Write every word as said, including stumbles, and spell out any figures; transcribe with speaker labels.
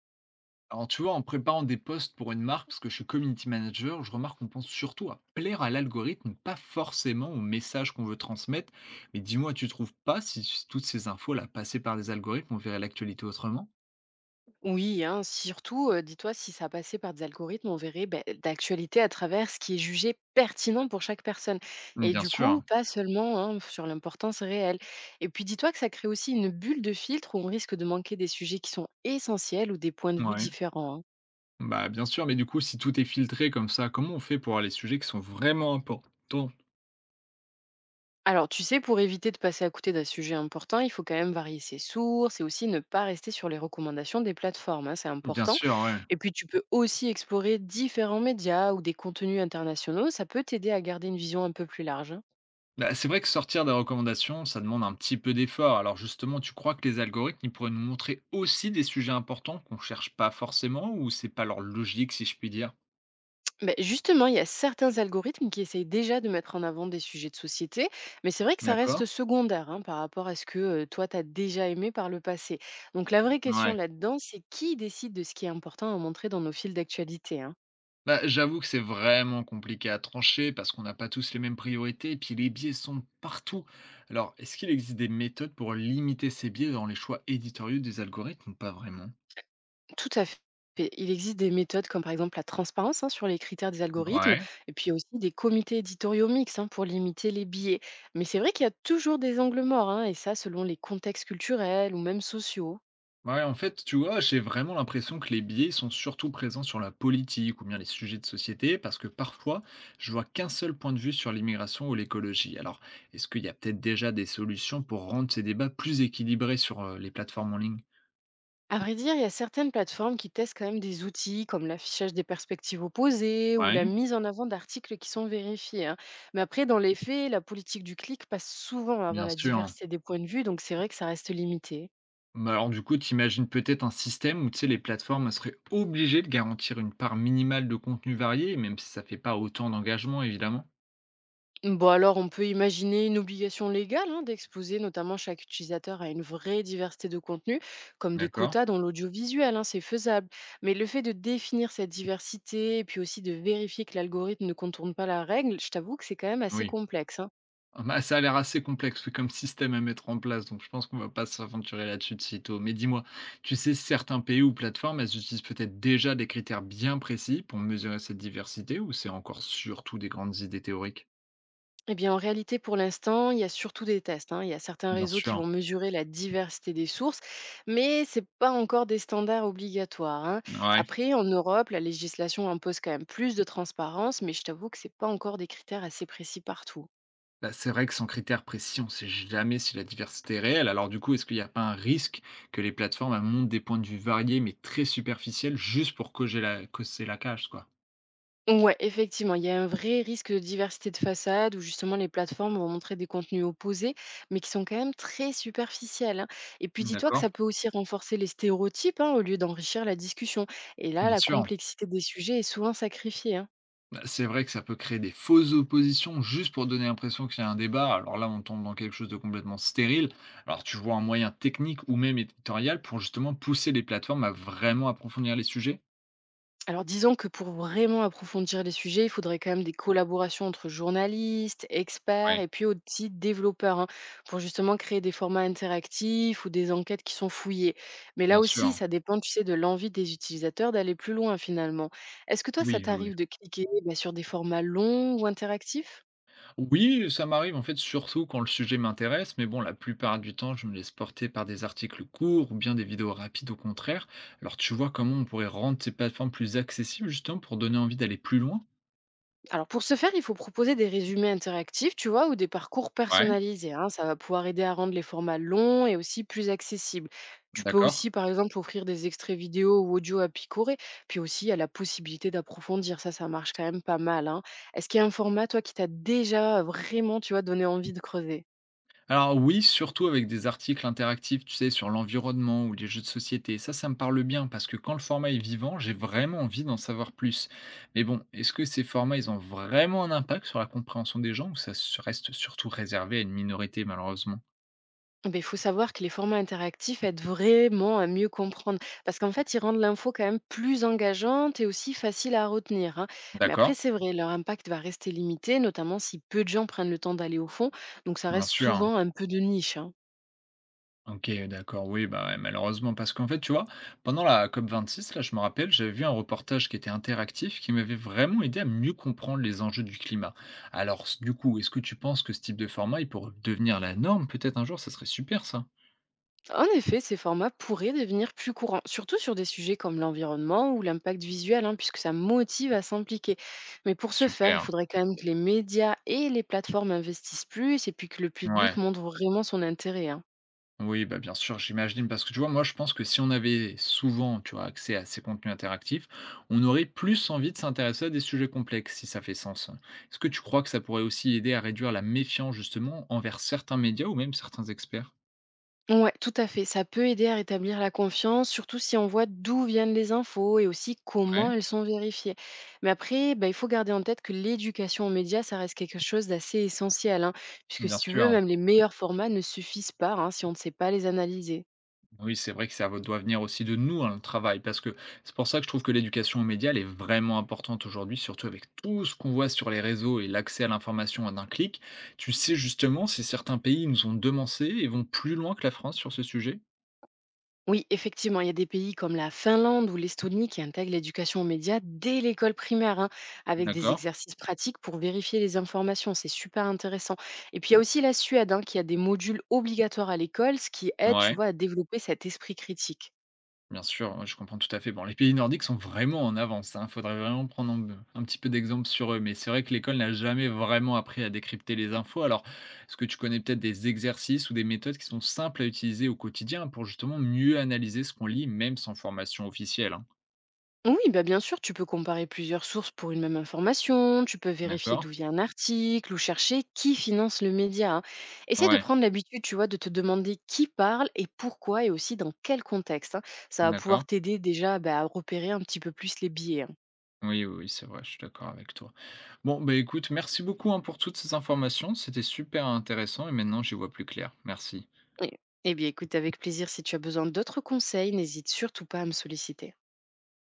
Speaker 1: Alors, tu vois, en préparant des posts pour une marque, parce que je suis community manager, je remarque qu'on pense surtout à plaire à l'algorithme, pas forcément au message qu'on veut transmettre. Mais dis-moi, tu trouves pas si s- toutes ces infos-là passées par des algorithmes, on verrait l'actualité autrement.
Speaker 2: Oui, hein, surtout, euh, dis-toi, si ça passait par des algorithmes, on verrait ben, d'actualité à travers ce qui est jugé pertinent pour chaque personne. Et
Speaker 1: Bien
Speaker 2: du coup,
Speaker 1: sûr.
Speaker 2: pas seulement hein, sur l'importance réelle. Et puis, dis-toi que ça crée aussi une bulle de filtre où on risque de manquer des sujets qui sont essentiels ou des points de vue
Speaker 1: Ouais.
Speaker 2: différents, hein.
Speaker 1: Bah, bien sûr, mais du coup, si tout est filtré comme ça, comment on fait pour avoir les sujets qui sont vraiment importants?
Speaker 2: Alors, tu sais, pour éviter de passer à côté d'un sujet important, il faut quand même varier ses sources et aussi ne pas rester sur les recommandations des plateformes, hein, c'est
Speaker 1: Bien
Speaker 2: important.
Speaker 1: sûr, ouais.
Speaker 2: Et puis, tu peux aussi explorer différents médias ou des contenus internationaux, ça peut t'aider à garder une vision un peu plus large, hein.
Speaker 1: Bah, c'est vrai que sortir des recommandations, ça demande un petit peu d'effort. Alors justement, tu crois que les algorithmes, ils pourraient nous montrer aussi des sujets importants qu'on cherche pas forcément, ou c'est pas leur logique, si je puis dire?
Speaker 2: Ben, justement, il y a certains algorithmes qui essayent déjà de mettre en avant des sujets de société, mais c'est vrai que ça
Speaker 1: D'accord.
Speaker 2: reste secondaire hein, par rapport à ce que euh, toi, tu as déjà aimé par le passé. Donc, la vraie question
Speaker 1: Ouais.
Speaker 2: là-dedans, c'est qui décide de ce qui est important à montrer dans nos fils d'actualité, hein.
Speaker 1: Bah, j'avoue que c'est vraiment compliqué à trancher parce qu'on n'a pas tous les mêmes priorités et puis les biais sont partout. Alors, est-ce qu'il existe des méthodes pour limiter ces biais dans les choix éditoriaux des algorithmes, ou pas vraiment?
Speaker 2: Tout à fait. Il existe des méthodes comme par exemple la transparence hein, sur les critères des algorithmes
Speaker 1: Ouais.
Speaker 2: et puis aussi des comités éditoriaux mixtes hein, pour limiter les biais. Mais c'est vrai qu'il y a toujours des angles morts hein, et ça selon les contextes culturels ou même sociaux.
Speaker 1: Bah ouais, en fait, tu vois, j'ai vraiment l'impression que les biais sont surtout présents sur la politique ou bien les sujets de société, parce que parfois, je vois qu'un seul point de vue sur l'immigration ou l'écologie. Alors, est-ce qu'il y a peut-être déjà des solutions pour rendre ces débats plus équilibrés sur euh, les plateformes en ligne?
Speaker 2: À vrai dire, il y a certaines plateformes qui testent quand même des outils comme l'affichage des perspectives opposées ou
Speaker 1: Ouais,
Speaker 2: la mise en avant d'articles qui sont vérifiés, hein. Mais après, dans les faits, la politique du clic passe souvent avant
Speaker 1: bien
Speaker 2: la
Speaker 1: sûr.
Speaker 2: diversité des points de vue, donc c'est vrai que ça reste limité.
Speaker 1: Mais alors, du coup, t'imagines peut-être un système où, tu sais, les plateformes seraient obligées de garantir une part minimale de contenu varié, même si ça fait pas autant d'engagement, évidemment.
Speaker 2: Bon, alors, on peut imaginer une obligation légale hein, d'exposer notamment chaque utilisateur à une vraie diversité de contenus, comme des
Speaker 1: D'accord.
Speaker 2: quotas dans l'audiovisuel, hein, c'est faisable. Mais le fait de définir cette diversité et puis aussi de vérifier que l'algorithme ne contourne pas la règle, je t'avoue que c'est quand même assez
Speaker 1: Oui.
Speaker 2: complexe, hein.
Speaker 1: Ah bah, ça a l'air assez complexe comme système à mettre en place, donc je pense qu'on va pas s'aventurer là-dessus de sitôt. Mais dis-moi, tu sais certains pays ou plateformes, elles utilisent peut-être déjà des critères bien précis pour mesurer cette diversité, ou c'est encore surtout des grandes idées théoriques?
Speaker 2: Eh bien, en réalité, pour l'instant, il y a surtout des tests, hein. Il y a certains
Speaker 1: Bien
Speaker 2: réseaux qui
Speaker 1: sûr,
Speaker 2: vont mesurer la diversité des sources, mais ce n'est pas encore des standards obligatoires, hein.
Speaker 1: ouais.
Speaker 2: Après, en Europe, la législation impose quand même plus de transparence, mais je t'avoue que ce n'est pas encore des critères assez précis partout.
Speaker 1: Bah, c'est vrai que sans critères précis, on ne sait jamais si la diversité est réelle. Alors du coup, est-ce qu'il n'y a pas un risque que les plateformes elles montrent des points de vue variés mais très superficiels juste pour cocher la, cocher la cage, quoi?
Speaker 2: Ouais, effectivement, il y a un vrai risque de diversité de façade où justement les plateformes vont montrer des contenus opposés, mais qui sont quand même très superficiels, hein. Et puis dis-toi que
Speaker 1: D'accord,
Speaker 2: ça peut aussi renforcer les stéréotypes hein, au lieu d'enrichir la discussion. Et là,
Speaker 1: bien
Speaker 2: la
Speaker 1: sûr.
Speaker 2: complexité des sujets est souvent sacrifiée, hein.
Speaker 1: Bah, c'est vrai que ça peut créer des fausses oppositions juste pour donner l'impression qu'il y a un débat. Alors là, on tombe dans quelque chose de complètement stérile. Alors tu vois un moyen technique ou même éditorial pour justement pousser les plateformes à vraiment approfondir les sujets?
Speaker 2: Alors disons que pour vraiment approfondir les sujets, il faudrait quand même des collaborations entre journalistes, experts
Speaker 1: Oui,
Speaker 2: et puis aussi développeurs hein, pour justement créer des formats interactifs ou des enquêtes qui sont fouillées. Mais là
Speaker 1: bien sûr.
Speaker 2: aussi, ça dépend, tu sais, de l'envie des utilisateurs d'aller plus loin finalement. Est-ce que toi, ça
Speaker 1: Oui, oui.
Speaker 2: t'arrive de cliquer bah, sur des formats longs ou interactifs?
Speaker 1: Oui, oui, ça m'arrive en fait surtout quand le sujet m'intéresse, mais bon, la plupart du temps, je me laisse porter par des articles courts ou bien des vidéos rapides au contraire. Alors tu vois comment on pourrait rendre ces plateformes plus accessibles justement pour donner envie d'aller plus loin?
Speaker 2: Alors pour ce faire, il faut proposer des résumés interactifs, tu vois, ou des parcours
Speaker 1: Ouais,
Speaker 2: personnalisés, hein. Ça va pouvoir aider à rendre les formats longs et aussi plus accessibles. Tu peux
Speaker 1: d'accord.
Speaker 2: aussi, par exemple, offrir des extraits vidéo ou audio à picorer. Puis aussi, il y a la possibilité d'approfondir. Ça, ça marche quand même pas mal, hein. Est-ce qu'il y a un format, toi, qui t'a déjà euh, vraiment, tu vois, donné envie de creuser?
Speaker 1: Alors oui, surtout avec des articles interactifs, tu sais, sur l'environnement ou les jeux de société. Ça, ça me parle bien parce que quand le format est vivant, j'ai vraiment envie d'en savoir plus. Mais bon, est-ce que ces formats, ils ont vraiment un impact sur la compréhension des gens, ou ça se- reste surtout réservé à une minorité, malheureusement?
Speaker 2: Beh, il faut savoir que les formats interactifs aident vraiment à mieux comprendre, parce qu'en fait, ils rendent l'info quand même plus engageante et aussi facile à retenir, hein. Mais après,
Speaker 1: D'accord,
Speaker 2: c'est vrai, leur impact va rester limité, notamment si peu de gens prennent le temps d'aller au fond, donc ça
Speaker 1: bien
Speaker 2: reste
Speaker 1: sûr.
Speaker 2: souvent un peu de niche, hein.
Speaker 1: OK, d'accord, oui, bah, ouais, malheureusement, parce qu'en fait, tu vois, pendant la C O P vingt-six, là, je me rappelle, j'avais vu un reportage qui était interactif, qui m'avait vraiment aidé à mieux comprendre les enjeux du climat. Alors, s- du coup, est-ce que tu penses que ce type de format, il pourrait devenir la norme peut-être un jour? Ça serait super, ça.
Speaker 2: En effet, ces formats pourraient devenir plus courants, surtout sur des sujets comme l'environnement ou l'impact visuel, hein, puisque ça motive à s'impliquer. Mais pour ce faire, il
Speaker 1: Super.
Speaker 2: faudrait quand même que les médias et les plateformes investissent plus, et puis que le
Speaker 1: Ouais.
Speaker 2: public montre vraiment son intérêt, hein.
Speaker 1: Oui, bah, bien sûr, j'imagine, parce que tu vois, moi, je pense que si on avait souvent, tu vois, accès à ces contenus interactifs, on aurait plus envie de s'intéresser à des sujets complexes, si ça fait sens. Est-ce que tu crois que ça pourrait aussi aider à réduire la méfiance, justement, envers certains médias ou même certains experts?
Speaker 2: Ouais, tout à fait. Ça peut aider à rétablir la confiance, surtout si on voit d'où viennent les infos et aussi
Speaker 1: Oui,
Speaker 2: comment elles sont vérifiées. Mais après, bah, il faut garder en tête que l'éducation aux médias, ça reste quelque chose d'assez essentiel, hein, puisque
Speaker 1: bien
Speaker 2: si tu veux,
Speaker 1: sûr.
Speaker 2: même les meilleurs formats ne suffisent pas hein, si on ne sait pas les analyser.
Speaker 1: Oui, c'est vrai que ça doit venir aussi de nous, hein, le travail, parce que c'est pour ça que je trouve que l'éducation aux médias, elle est vraiment importante aujourd'hui, surtout avec tout ce qu'on voit sur les réseaux et l'accès à l'information en un clic. Tu sais justement si certains pays nous ont devancé et vont plus loin que la France sur ce sujet?
Speaker 2: Oui, effectivement, il y a des pays comme la Finlande ou l'Estonie qui intègrent l'éducation aux médias dès l'école primaire, hein, avec des
Speaker 1: D'accord.
Speaker 2: exercices pratiques pour vérifier les informations. C'est super intéressant. Et puis il y a aussi la Suède, hein, qui a des modules obligatoires à l'école, ce qui aide, tu
Speaker 1: Ouais.
Speaker 2: vois, à développer cet esprit critique.
Speaker 1: Bien sûr, ouais, je comprends tout à fait. Bon, les pays nordiques sont vraiment en avance. Il faudrait vraiment prendre un, un petit peu d'exemple sur eux. Mais c'est vrai que l'école n'a jamais vraiment appris à décrypter les infos. Alors, est-ce que tu connais peut-être des exercices ou des méthodes qui sont simples à utiliser au quotidien pour justement mieux analyser ce qu'on lit, même sans formation officielle, hein?
Speaker 2: Oui, bah, bien sûr, tu peux comparer plusieurs sources pour une même information, tu peux vérifier d'où
Speaker 1: D'accord.
Speaker 2: vient un article ou chercher qui finance le média, hein. Essaie de
Speaker 1: Ouais,
Speaker 2: prendre l'habitude, tu vois, de te demander qui parle et pourquoi et aussi dans quel contexte, hein. Ça va
Speaker 1: d'accord.
Speaker 2: pouvoir t'aider déjà bah, à repérer un petit peu plus les biais, hein.
Speaker 1: Oui, oui, oui, c'est vrai, je suis d'accord avec toi. Bon, bah écoute, merci beaucoup, hein, pour toutes ces informations. C'était super intéressant et maintenant j'y vois plus clair. Merci.
Speaker 2: Et- Eh bien, écoute, avec plaisir, si tu as besoin d'autres conseils, n'hésite surtout pas à me solliciter.